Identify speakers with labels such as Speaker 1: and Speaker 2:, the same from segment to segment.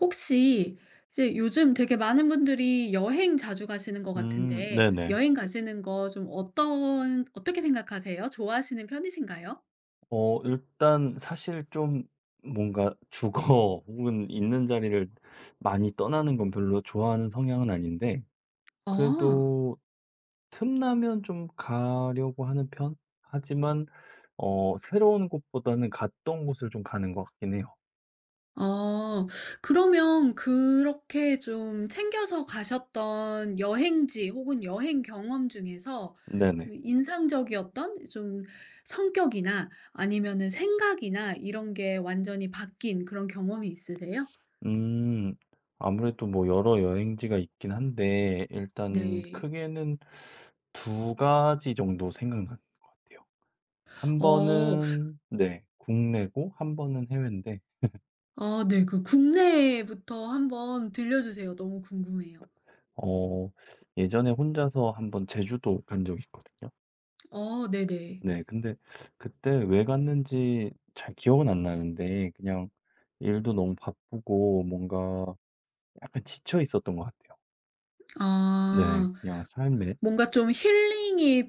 Speaker 1: 혹시 이제 요즘 되게 많은 분들이 여행 자주 가시는 것 같은데
Speaker 2: 네네.
Speaker 1: 여행 가시는 거 좀 어떤 어떻게 생각하세요? 좋아하시는 편이신가요?
Speaker 2: 일단 사실 좀 뭔가 죽어 혹은 있는 자리를 많이 떠나는 건 별로 좋아하는 성향은 아닌데,
Speaker 1: 아.
Speaker 2: 그래도 틈나면 좀 가려고 하는 편? 하지만 새로운 곳보다는 갔던 곳을 좀 가는 것 같긴 해요.
Speaker 1: 아. 그러면 그렇게 좀 챙겨서 가셨던 여행지 혹은 여행 경험 중에서 좀
Speaker 2: 네네.
Speaker 1: 인상적이었던 좀 성격이나 아니면은 생각이나 이런 게 완전히 바뀐 그런 경험이 있으세요?
Speaker 2: 음. 아무래도 뭐 여러 여행지가 있긴 한데, 일단
Speaker 1: 네.
Speaker 2: 크게는 두 가지 정도 생각나는 것 같아요. 한
Speaker 1: 어.
Speaker 2: 번은 네, 국내고 한 번은 해외인데,
Speaker 1: 아 네. 그 국내부터 한번 들려주세요. 너무 궁금해요.
Speaker 2: 어 예전에 혼자서 한번 제주도 간 적이 있거든요.
Speaker 1: 어 네네.
Speaker 2: 네, 근데 그때 왜 갔는지 잘 기억은 안 나는데, 그냥 일도 너무 바쁘고 뭔가 약간 지쳐 있었던 것 같아요. 네.
Speaker 1: 아
Speaker 2: 그냥 삶에.
Speaker 1: 뭔가 좀 힐링이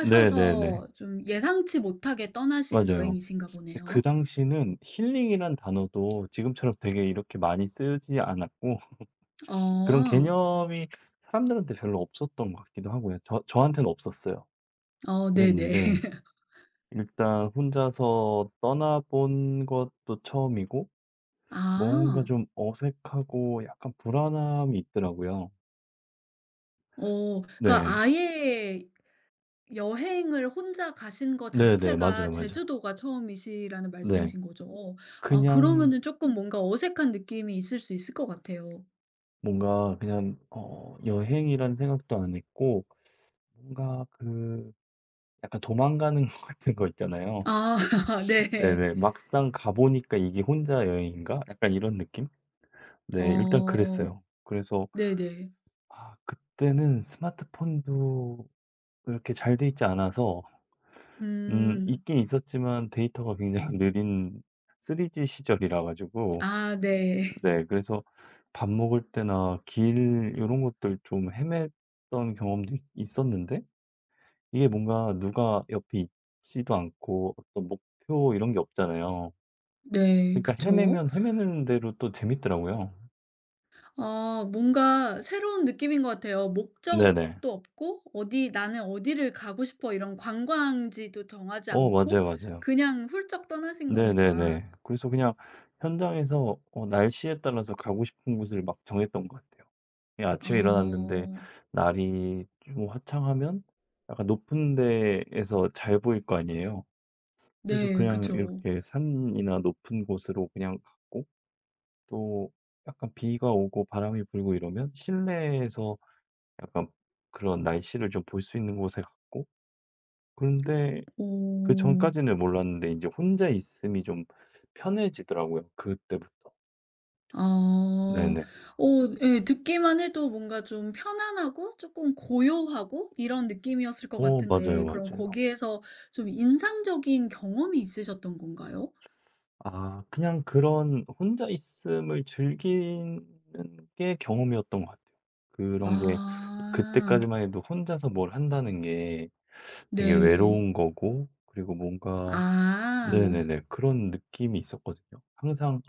Speaker 2: 네네네.
Speaker 1: 좀 예상치 못하게 떠나신
Speaker 2: 맞아요.
Speaker 1: 여행이신가
Speaker 2: 근데 그
Speaker 1: 보네요.
Speaker 2: 당시는 힐링이란 단어도 지금처럼 되게 이렇게 많이 쓰지 않았고 그런
Speaker 1: 어.
Speaker 2: 개념이 사람들한테 별로 없었던 것 같기도 하고요. 저한테는 없었어요.
Speaker 1: 어 네네.
Speaker 2: 그랬는데 일단 혼자서 떠나본 것도 처음이고 뭔가
Speaker 1: 아.
Speaker 2: 좀 어색하고 약간 불안함이 있더라고요.
Speaker 1: 어 그러니까
Speaker 2: 네.
Speaker 1: 아예 여행을 혼자 가신 거
Speaker 2: 네네.
Speaker 1: 자체가
Speaker 2: 맞아요, 맞아요.
Speaker 1: 제주도가 처음이시라는
Speaker 2: 네.
Speaker 1: 말씀이신 거죠? 아
Speaker 2: 그냥
Speaker 1: 그러면은 조금 뭔가 어색한 느낌이 있을 수 있을 것 같아요.
Speaker 2: 뭔가 그냥 여행이란 생각도 안 했고 뭔가 그 약간 도망가는 것 같은 거 있잖아요.
Speaker 1: 아 네.
Speaker 2: 네네. 막상 가 보니까 '이게 혼자 여행인가?' 약간 이런 느낌? 네. 일단
Speaker 1: 어.
Speaker 2: 그랬어요. 그래서
Speaker 1: 네네.
Speaker 2: 아 그때는 스마트폰도 그렇게 잘 돼 있지 않아서,
Speaker 1: 음.
Speaker 2: 있긴 있었지만 데이터가 굉장히 느린 3G 시절이라 가지고,
Speaker 1: 아 네.
Speaker 2: 네 그래서 밥 먹을 때나 길 이런 것들 좀 헤맸던 경험도 있 있었는데 이게 뭔가 누가 옆에 있지도 않고 어떤 목표 이런 게 없잖아요.
Speaker 1: 네.
Speaker 2: 그러니까
Speaker 1: 그쵸.
Speaker 2: 헤매면 헤매는 대로 또 재밌더라고요.
Speaker 1: 아 뭔가 새로운 느낌인 것 같아요.
Speaker 2: 네네.
Speaker 1: 목적도 없고 어디 '나는 어디를 가고 싶어.' 이런 관광지도 정하지
Speaker 2: 어
Speaker 1: 않고
Speaker 2: 맞아요, 맞아요.
Speaker 1: 그냥 훌쩍 떠나신 거니까.
Speaker 2: 네네네. 그래서 그냥 현장에서 날씨에 따라서 가고 싶은 곳을 막 정했던 것 같아요. 그냥 아침에 일어났는데
Speaker 1: 아.
Speaker 2: 날이 좀 화창하면 약간 높은 데에서 잘 보일 거 아니에요. 그래서
Speaker 1: 네.
Speaker 2: 그냥
Speaker 1: 그쵸.
Speaker 2: 이렇게 산이나 높은 곳으로 그냥 갔고, 또 약간 비가 오고 바람이 불고 이러면 실내에서 약간 그런 날씨를 좀 볼 수 있는 곳에 갔고. 그런데
Speaker 1: 어.
Speaker 2: 그전까지는 몰랐는데 이제 혼자 있음이 좀 편해지더라고요, 그때부터.
Speaker 1: 아.
Speaker 2: 네네.
Speaker 1: 예 듣기만 해도 뭔가 좀 편안하고 조금 고요하고 이런 느낌이었을 것
Speaker 2: 어
Speaker 1: 같은데
Speaker 2: 맞아요,
Speaker 1: 그럼
Speaker 2: 맞아요.
Speaker 1: 거기에서 좀 인상적인 경험이 있으셨던 건가요?
Speaker 2: 아 그냥 그런 혼자 있음을 즐기는 게 경험이었던 것 같아요. 그런 게
Speaker 1: 아.
Speaker 2: 그때까지만 해도 혼자서 뭘 한다는 게 되게
Speaker 1: 네.
Speaker 2: 외로운 거고, 그리고 뭔가.
Speaker 1: 아.
Speaker 2: 네네네. 그런 느낌이 있었거든요. 항상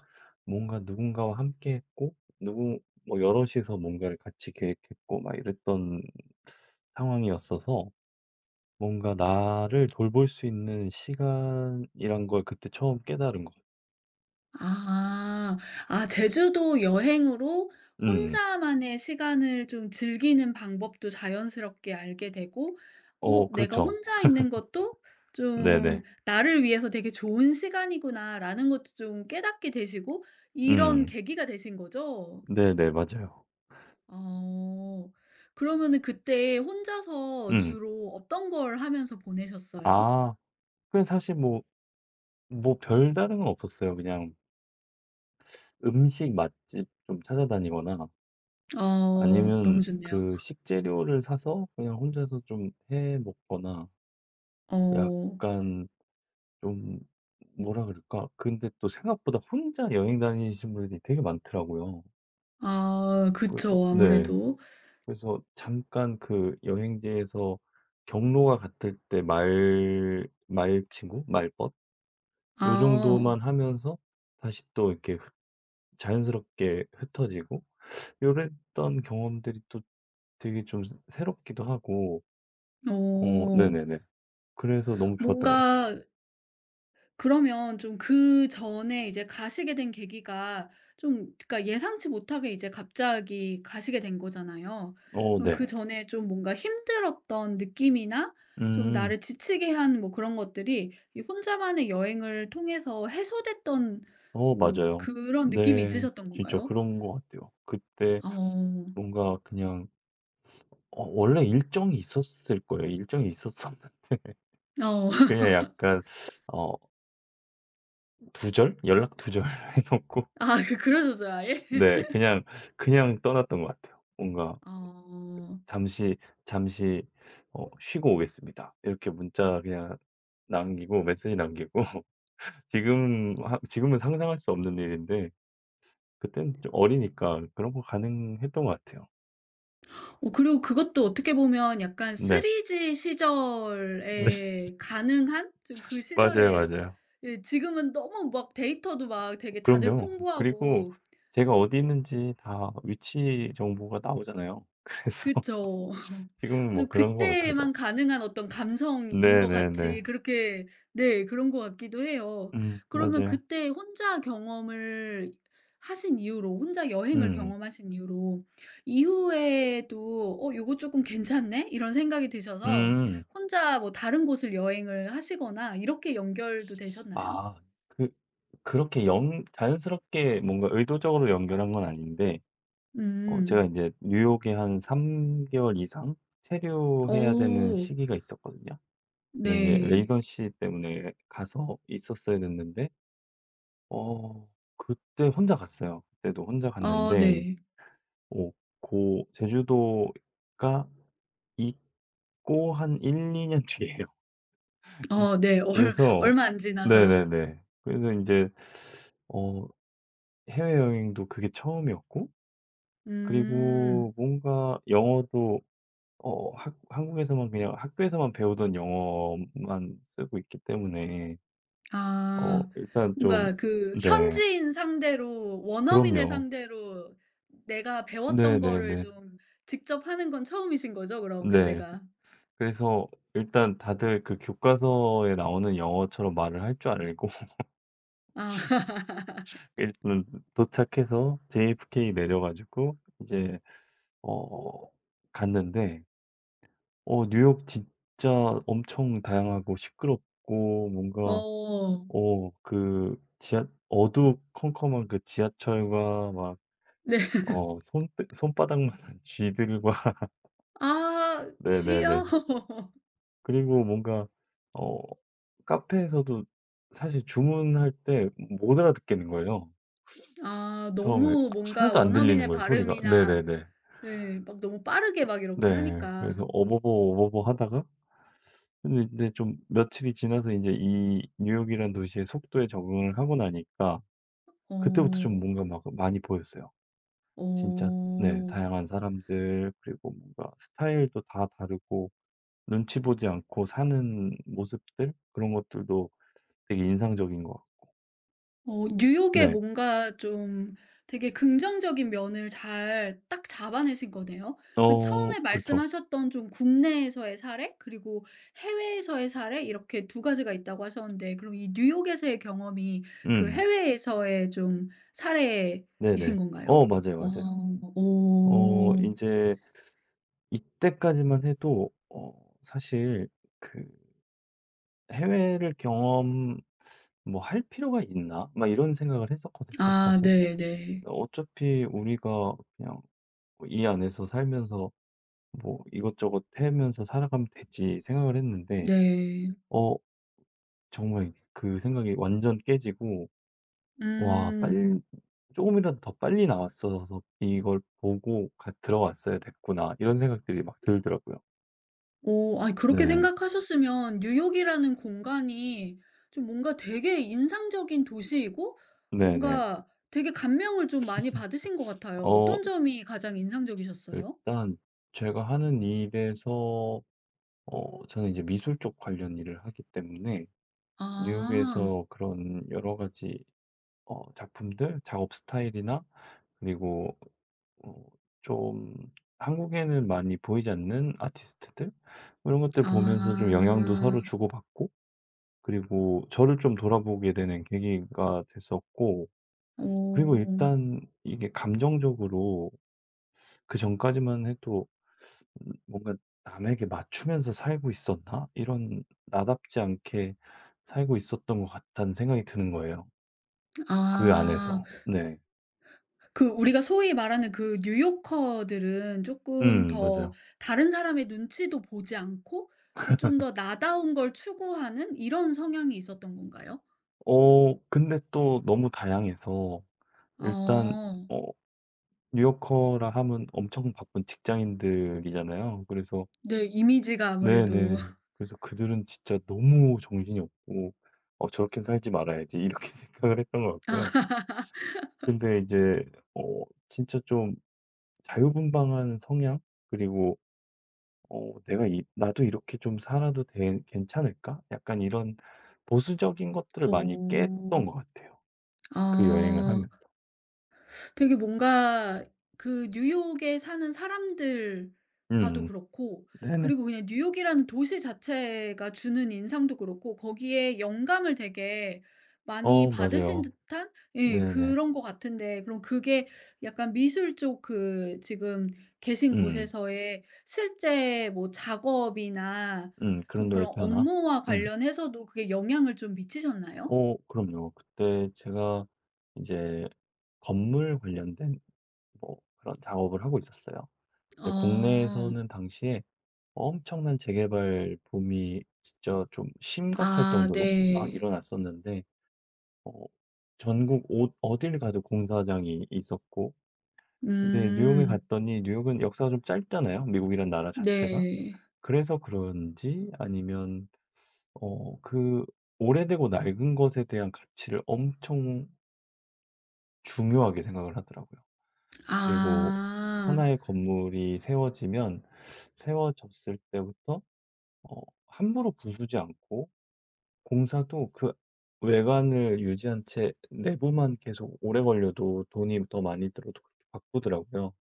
Speaker 2: 뭔가 누군가와 함께 했고, 누구 뭐 여럿이서 뭔가를 같이 계획했고 막 이랬던 상황이었어서 뭔가 나를 돌볼 수 있는 시간이란 걸 그때 처음 깨달은 것 같아요.
Speaker 1: 아. 아 제주도 여행으로
Speaker 2: 음.
Speaker 1: 혼자만의 시간을 좀 즐기는 방법도 자연스럽게 알게 되고 어
Speaker 2: 어
Speaker 1: '내가
Speaker 2: 그렇죠.
Speaker 1: 혼자 있는 것도 좀
Speaker 2: 네네.
Speaker 1: 나를 위해서 되게 좋은 시간이구나.'라는 것도 좀 깨닫게 되시고 이런
Speaker 2: 음.
Speaker 1: 계기가 되신 거죠?
Speaker 2: 네네. 맞아요.
Speaker 1: 어. 그러면은 그때 혼자서
Speaker 2: 음.
Speaker 1: 주로 어떤 걸 하면서 보내셨어요?
Speaker 2: 아 그냥 사실 뭐 뭐 별다른 건 없었어요. 그냥 음식 맛집 좀 찾아다니거나,
Speaker 1: 어. 너무
Speaker 2: 아니면
Speaker 1: 좋네요.
Speaker 2: 그 식재료를 사서 그냥 혼자서 좀 해 먹거나.
Speaker 1: 어.
Speaker 2: 약간 좀 뭐라 그럴까? 근데 또 생각보다 혼자 여행 다니시는 분들이 되게 많더라고요.
Speaker 1: 아
Speaker 2: 그래서
Speaker 1: 그쵸.
Speaker 2: 네.
Speaker 1: 아무래도.
Speaker 2: 그래서 잠깐 그 여행지에서 경로가 같을 때 말 말친구? 말벗? 요
Speaker 1: 아.
Speaker 2: 정도만 하면서 다시 또 이렇게 흩 자연스럽게 흩어지고, 요랬던 경험들이 또 되게 좀 새 새롭기도 하고. 어
Speaker 1: 어.
Speaker 2: 네네네. 그래서 너무 좋았던 것 같아요.
Speaker 1: 뭔가 그러면 좀 그전에 이제 가시게 된 계기가 좀 그러니까 예상치 못하게 이제 갑자기 가시게 된 거잖아요.
Speaker 2: 어
Speaker 1: 그럼
Speaker 2: 네.
Speaker 1: 그전에 좀 뭔가 힘들었던 느낌이나 좀
Speaker 2: 음.
Speaker 1: 나를 지치게 한 뭐 그런 것들이 이 혼자만의 여행을 통해서 해소됐던
Speaker 2: 어
Speaker 1: 뭐
Speaker 2: 맞아요.
Speaker 1: 그런 느낌이
Speaker 2: 네.
Speaker 1: 있으셨던
Speaker 2: 진짜
Speaker 1: 건가요?
Speaker 2: 그런 것 같아요. 그때
Speaker 1: 어.
Speaker 2: 뭔가 그냥 원래 일정이 있었을 거예요. 일정이 있었었는데
Speaker 1: 어.
Speaker 2: 그냥 약간 어 두절? 연락 두절 해 놓고
Speaker 1: 아 그러셨어요 아예?
Speaker 2: 네 그냥, 그냥 떠났던 것 같아요. 뭔가
Speaker 1: 어.
Speaker 2: "잠시 잠시 쉬고 오겠습니다." 이렇게 문자 그냥 남기고 메시지 남기고 지금은 상상할 수 없는 일인데, 그땐 좀 어리니까 그런 거 가능했던 것 같아요.
Speaker 1: 어 그리고 그것도 어떻게 보면 약간
Speaker 2: 네.
Speaker 1: 3G
Speaker 2: 네.
Speaker 1: 시절에 가능한 좀 그
Speaker 2: 맞아요,
Speaker 1: 시절에
Speaker 2: 맞아요.
Speaker 1: 예 지금은 너무 막 데이터도 막 되게 다들
Speaker 2: 그럼요. 그리고
Speaker 1: 풍부하고
Speaker 2: 제가 어디 있는지 다 위치 정보가 나오잖아요. 그래서
Speaker 1: 그쵸.
Speaker 2: 지금은 뭐
Speaker 1: 좀
Speaker 2: 그런 거 못 하죠.
Speaker 1: 그때만 가능한 어떤 감성인 것
Speaker 2: 네네네.
Speaker 1: 같이 그렇게 네 그런 것 같기도 해요. 그러면
Speaker 2: 맞아요.
Speaker 1: 그때 혼자 경험을 하신 이후로 혼자 여행을
Speaker 2: 음.
Speaker 1: 경험하신 이후로 이후에도 '어 요거 조금 괜찮네.' 이런 생각이 드셔서
Speaker 2: 음.
Speaker 1: 혼자 뭐 다른 곳을 여행을 하시거나 이렇게 연결도 되셨나요?
Speaker 2: 아 그 그렇게 연 자연스럽게 뭔가 의도적으로 연결한 건 아닌데,
Speaker 1: 음.
Speaker 2: 제가 이제 뉴욕에 한 3개월 개월 이상 체류해야 되는
Speaker 1: 오.
Speaker 2: 시기가 있었거든요. 근데 이제
Speaker 1: 네.
Speaker 2: 레이던 씨 때문에 가서 있었어야 됐는데 어 그때 혼자 갔어요. 그때도 혼자
Speaker 1: 아
Speaker 2: 갔는데,
Speaker 1: 네.
Speaker 2: 오 고 제주도가 있고 한 1~2년 뒤에요.
Speaker 1: 아 네. 얼
Speaker 2: 그래서
Speaker 1: 얼마 안 지나서.
Speaker 2: 네네네. 그래서 이제 어 해외여행도 그게 처음이었고,
Speaker 1: 음.
Speaker 2: 그리고 뭔가 영어도 어 학 한국에서만 그냥 학교에서만 배우던 영어만 쓰고 있기 때문에 어
Speaker 1: 아.
Speaker 2: 일단 좀.
Speaker 1: 뭔가 그
Speaker 2: 네.
Speaker 1: 현지인 상대로 원어민을
Speaker 2: 그럼요.
Speaker 1: 상대로 내가 배웠던 거를
Speaker 2: 네네네.
Speaker 1: 좀 직접 하는 건 처음이신 거죠 그럼
Speaker 2: 네.
Speaker 1: 그때가?
Speaker 2: 그래서 일단 다들 그 교과서에 나오는 영어처럼 말을 할 줄 알고
Speaker 1: 아.
Speaker 2: 일단 도착해서 JFK 내려 가지고 이제 어 갔는데 뉴욕 진짜 엄청 다양하고 시끄럽고 뭔가
Speaker 1: 어.
Speaker 2: 그 지하 어두컴컴한 그 지하철과 막
Speaker 1: 네.
Speaker 2: 어 손 손바닥만한 쥐들과
Speaker 1: 아
Speaker 2: 네네네.
Speaker 1: 귀여워.
Speaker 2: 그리고 뭔가 어 카페에서도 사실 주문할 때 못 알아듣겠는 거예요.
Speaker 1: 아
Speaker 2: 처음에
Speaker 1: 너무 뭔가
Speaker 2: 하나도 안 들리는
Speaker 1: 원어민의
Speaker 2: 거예요, 소리가.
Speaker 1: 발음이나
Speaker 2: 네네네.
Speaker 1: 네 막 너무 빠르게 막 이렇게
Speaker 2: 네.
Speaker 1: 하니까.
Speaker 2: 그래서 어버버 어버버 하다가, 근데 이제 좀 며칠이 지나서 인제 이 뉴욕이란 도시의 속도에 적응을 하고 나니까 그때부터 좀
Speaker 1: 어.
Speaker 2: 뭔가 막 많이 보였어요. 진짜 네
Speaker 1: 어.
Speaker 2: 다양한 사람들, 그리고 뭔가 스타일도 다 다르고 눈치 보지 않고 사는 모습들 그런 것들도 되게 인상적인 것 같.
Speaker 1: 어 뉴욕의
Speaker 2: 네.
Speaker 1: 뭔가 좀 되게 긍정적인 면을 잘 딱 잡아내신 거네요. 그
Speaker 2: 어
Speaker 1: 처음에
Speaker 2: 그렇죠.
Speaker 1: 말씀하셨던 좀 국내에서의 사례 그리고 해외에서의 사례 이렇게 두 가지가 있다고 하셨는데 그럼 이 뉴욕에서의 경험이 그
Speaker 2: 음.
Speaker 1: 해외에서의 좀 사례이신
Speaker 2: 네네.
Speaker 1: 건가요?
Speaker 2: 어 맞아요,
Speaker 1: 어
Speaker 2: 맞아요. 어
Speaker 1: 오.
Speaker 2: 이제 이때까지만 해도 사실 그 '해외를 경험 뭐 할 필요가 있나?' 막 이런 생각을 했었거든요,
Speaker 1: 아
Speaker 2: 사실.
Speaker 1: 네네. 네.
Speaker 2: 어차피 우리가 그냥 뭐 '이 안에서 살면서 뭐 이것저것 해면서 살아가면 되지.' 생각을 했는데,
Speaker 1: 네.
Speaker 2: 어 정말 그 생각이 완전 깨지고, 와
Speaker 1: 음.
Speaker 2: 빨리 조금이라도 더 빨리 나왔어서 '이걸 보고 가 들어갔어야 됐구나.' 이런 생각들이 막 들더라고요.
Speaker 1: 오, 아니 그렇게
Speaker 2: 네.
Speaker 1: 생각하셨으면 뉴욕이라는 공간이 좀 뭔가 되게 인상적인 도시이고
Speaker 2: 네네.
Speaker 1: 뭔가 되게 감명을 좀 많이 받으신 것 같아요.
Speaker 2: 어
Speaker 1: 어떤 점이 가장 인상적이셨어요?
Speaker 2: 일단 제가 하는 일에서 저는 이제 미술 쪽 관련 일을 하기 때문에,
Speaker 1: 아.
Speaker 2: 뉴욕에서 그런 여러 가지 작품들, 작업 스타일이나 그리고 어 좀 한국에는 많이 보이지 않는 아티스트들 뭐 이런 것들 보면서 좀 영향도 서로
Speaker 1: 아.
Speaker 2: 주고받고, 그리고 저를 좀 돌아보게 되는 계기가 됐었고. 그리고
Speaker 1: 오,
Speaker 2: 일단 이게 감정적으로 그전까지만 해도 뭔가 '남에게 맞추면서 살고 있었나?' 이런 '나답지 않게 살고 있었던 것 같다.'는 생각이 드는 거예요, 그
Speaker 1: 아.
Speaker 2: 안에서. 네.
Speaker 1: 그 우리가 소위 말하는 그 뉴요커들은 조금 더
Speaker 2: 맞아요.
Speaker 1: 다른 사람의 눈치도 보지 않고 그 좀 더 나다운 걸 추구하는 이런 성향이 있었던 건가요?
Speaker 2: 어 근데 또 너무 다양해서 일단
Speaker 1: 어.
Speaker 2: 어 뉴요커라 하면 엄청 바쁜 직장인들이잖아요. 그래서
Speaker 1: 네. 이미지가 아무래도
Speaker 2: 네네. 그래서 그들은 진짜 너무 정신이 없고 '어 저렇게 살지 말아야지.' 이렇게 생각을 했던 것 같고요. 근데 이제 진짜 좀 자유분방한 성향, 그리고 '내가 이 나도 이렇게 좀 살아도 되 괜찮을까?' 약간 이런 보수적인 것들을 많이
Speaker 1: 어.
Speaker 2: 깼던 것 같아요, 그 여행을
Speaker 1: 아.
Speaker 2: 하면서.
Speaker 1: 되게 뭔가 그 뉴욕에 사는 사람들과도
Speaker 2: 음.
Speaker 1: 그렇고
Speaker 2: 네네.
Speaker 1: 그리고 그냥 뉴욕이라는 도시 자체가 주는 인상도 그렇고 거기에 영감을 되게 많이
Speaker 2: 어
Speaker 1: 받으신
Speaker 2: 맞아요.
Speaker 1: 듯한 예
Speaker 2: 네네.
Speaker 1: 그런 것 같은데 그럼 그게 약간 미술 쪽 그 지금 계신
Speaker 2: 음.
Speaker 1: 곳에서의 실제 뭐 작업이나
Speaker 2: 음.
Speaker 1: 좀
Speaker 2: 그런 너의
Speaker 1: 그런
Speaker 2: 변화.
Speaker 1: 업무와
Speaker 2: 음.
Speaker 1: 관련해서도 그게 영향을 좀 미치셨나요?
Speaker 2: 어 그럼요. 그때 제가 이제 건물 관련된 뭐 그런 작업을 하고 있었어요. 근데
Speaker 1: 어.
Speaker 2: 국내에서는 당시에 엄청난 재개발 붐이 진짜 좀 심각할
Speaker 1: 아
Speaker 2: 정도로 막
Speaker 1: 네.
Speaker 2: 일어났었는데, 어 전국 어딜 가도 공사장이 있었고. 근데 뉴욕에
Speaker 1: 음.
Speaker 2: 갔더니 뉴욕은 역사가 좀 짧잖아요, 미국이란 나라 자체가.
Speaker 1: 네.
Speaker 2: 그래서 그런지 아니면 어 그 오래되고 낡은 것에 대한 가치를 엄청 중요하게 생각을 하더라고요. 그리고
Speaker 1: 아.
Speaker 2: 하나의 건물이 세워지면 세워졌을 때부터 어 함부로 부수지 않고, 공사도 그 외관을 유지한 채 내부만 계속 오래 걸려도 돈이 더 많이 들어도 그렇게 바꾸더라고요.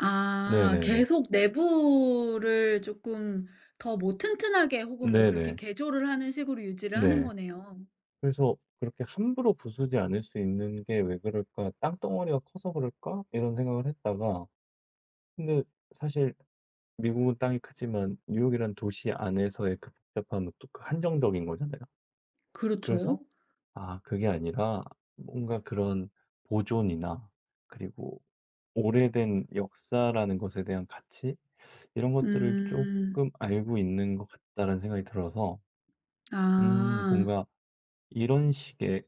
Speaker 1: 아
Speaker 2: 네네네.
Speaker 1: 계속 내부를 쪼끔 더 뭐 튼튼하게 혹은 뭐 그렇게
Speaker 2: 네네.
Speaker 1: 개조를 하는 식으로 유지를 하는
Speaker 2: 네.
Speaker 1: 거네요.
Speaker 2: 그래서 그렇게 함부로 부수지 않을 수 있는 게 '왜 그럴까? 땅덩어리가 커서 그럴까?' 이런 생각을 했다가, 근데 사실 미국은 땅이 크지만 뉴욕이란 도시 안에서의 그 복잡함은 또 그 한정적인 거잖아요. 그래서
Speaker 1: 그렇죠.
Speaker 2: 아 그게 아니라 뭔가 그런 보존이나, 그리고 오래된 역사라는 것에 대한 가치 이런 것들을
Speaker 1: 음.
Speaker 2: 조금 알고 있는 것 같다라는 생각이 들어서
Speaker 1: 아.
Speaker 2: 뭔가 이런 식의.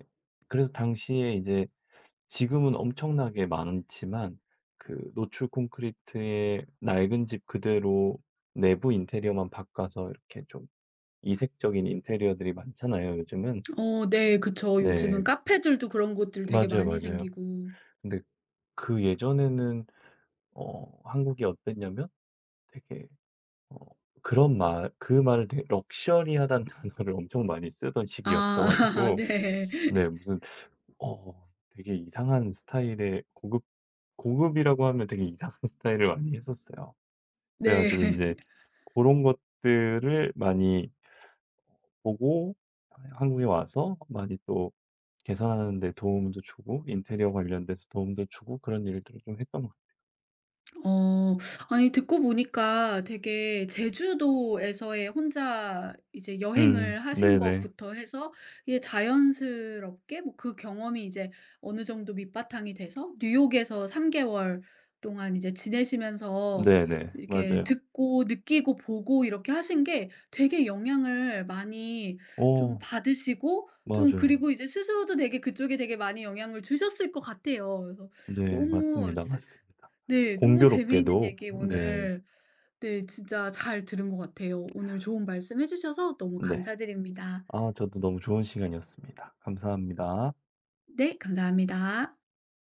Speaker 2: 그래서 당시에 이제 지금은 엄청나게 많지만 그 노출 콘크리트의 낡은 집 그대로 내부 인테리어만 바꿔서 이렇게 좀 이색적인 인테리어들이 많잖아요, 요즘은.
Speaker 1: 어 네 그쵸.
Speaker 2: 네.
Speaker 1: 요즘은 카페들도 그런 곳들 되게
Speaker 2: 맞아요,
Speaker 1: 많이
Speaker 2: 맞아요.
Speaker 1: 생기고.
Speaker 2: 근데 그 예전에는 한국이 어땠냐면 되게 어 그런 말 그 말을 되게 럭셔리하다는 단어를 엄청 많이 쓰던 시기였어
Speaker 1: 아
Speaker 2: 가지고
Speaker 1: 네.
Speaker 2: 네 무슨 되게 이상한 스타일의 고급이라고 하면 되게 이상한 스타일을 많이 했었어요. 그래
Speaker 1: 네.
Speaker 2: 가지고 이제 그런 것들을 많이 보고 한국에 와서 많이 또 개선하는 데 도움도 주고 인테리어 관련돼서 도움도 주고 그런 일들을 좀 했던 것 같아요.
Speaker 1: 어. 아니 듣고 보니까 되게 제주도에서의 혼자 이제 여행을 하신
Speaker 2: 네네.
Speaker 1: 것부터 해서 이게 자연스럽게 뭐 그 경험이 이제 어느 정도 밑바탕이 돼서 뉴욕에서 3개월 개월 동안 이제 지내시면서
Speaker 2: 네네.
Speaker 1: 이렇게
Speaker 2: 맞아요.
Speaker 1: 듣고 느끼고 보고 이렇게 하신 게 되게 영향을 많이 좀
Speaker 2: 어
Speaker 1: 받으시고 좀
Speaker 2: 맞아요.
Speaker 1: 그리고 이제 스스로도 되게 그쪽에 되게 많이 영향을 주셨을 것 같아요. 그래서
Speaker 2: 네
Speaker 1: 너무
Speaker 2: 맞습니다, 맞습니다.
Speaker 1: 네. 너무 재미있는
Speaker 2: 공교롭게도.
Speaker 1: 얘기
Speaker 2: 네.
Speaker 1: 오늘 네 진짜 잘 들은 것 같아요. 오늘 좋은 말씀 해 주셔서 너무
Speaker 2: 네.
Speaker 1: 감사드립니다.
Speaker 2: 아 저도 너무 좋은 시간이었습니다. 감사합니다.
Speaker 1: 네. 감사합니다.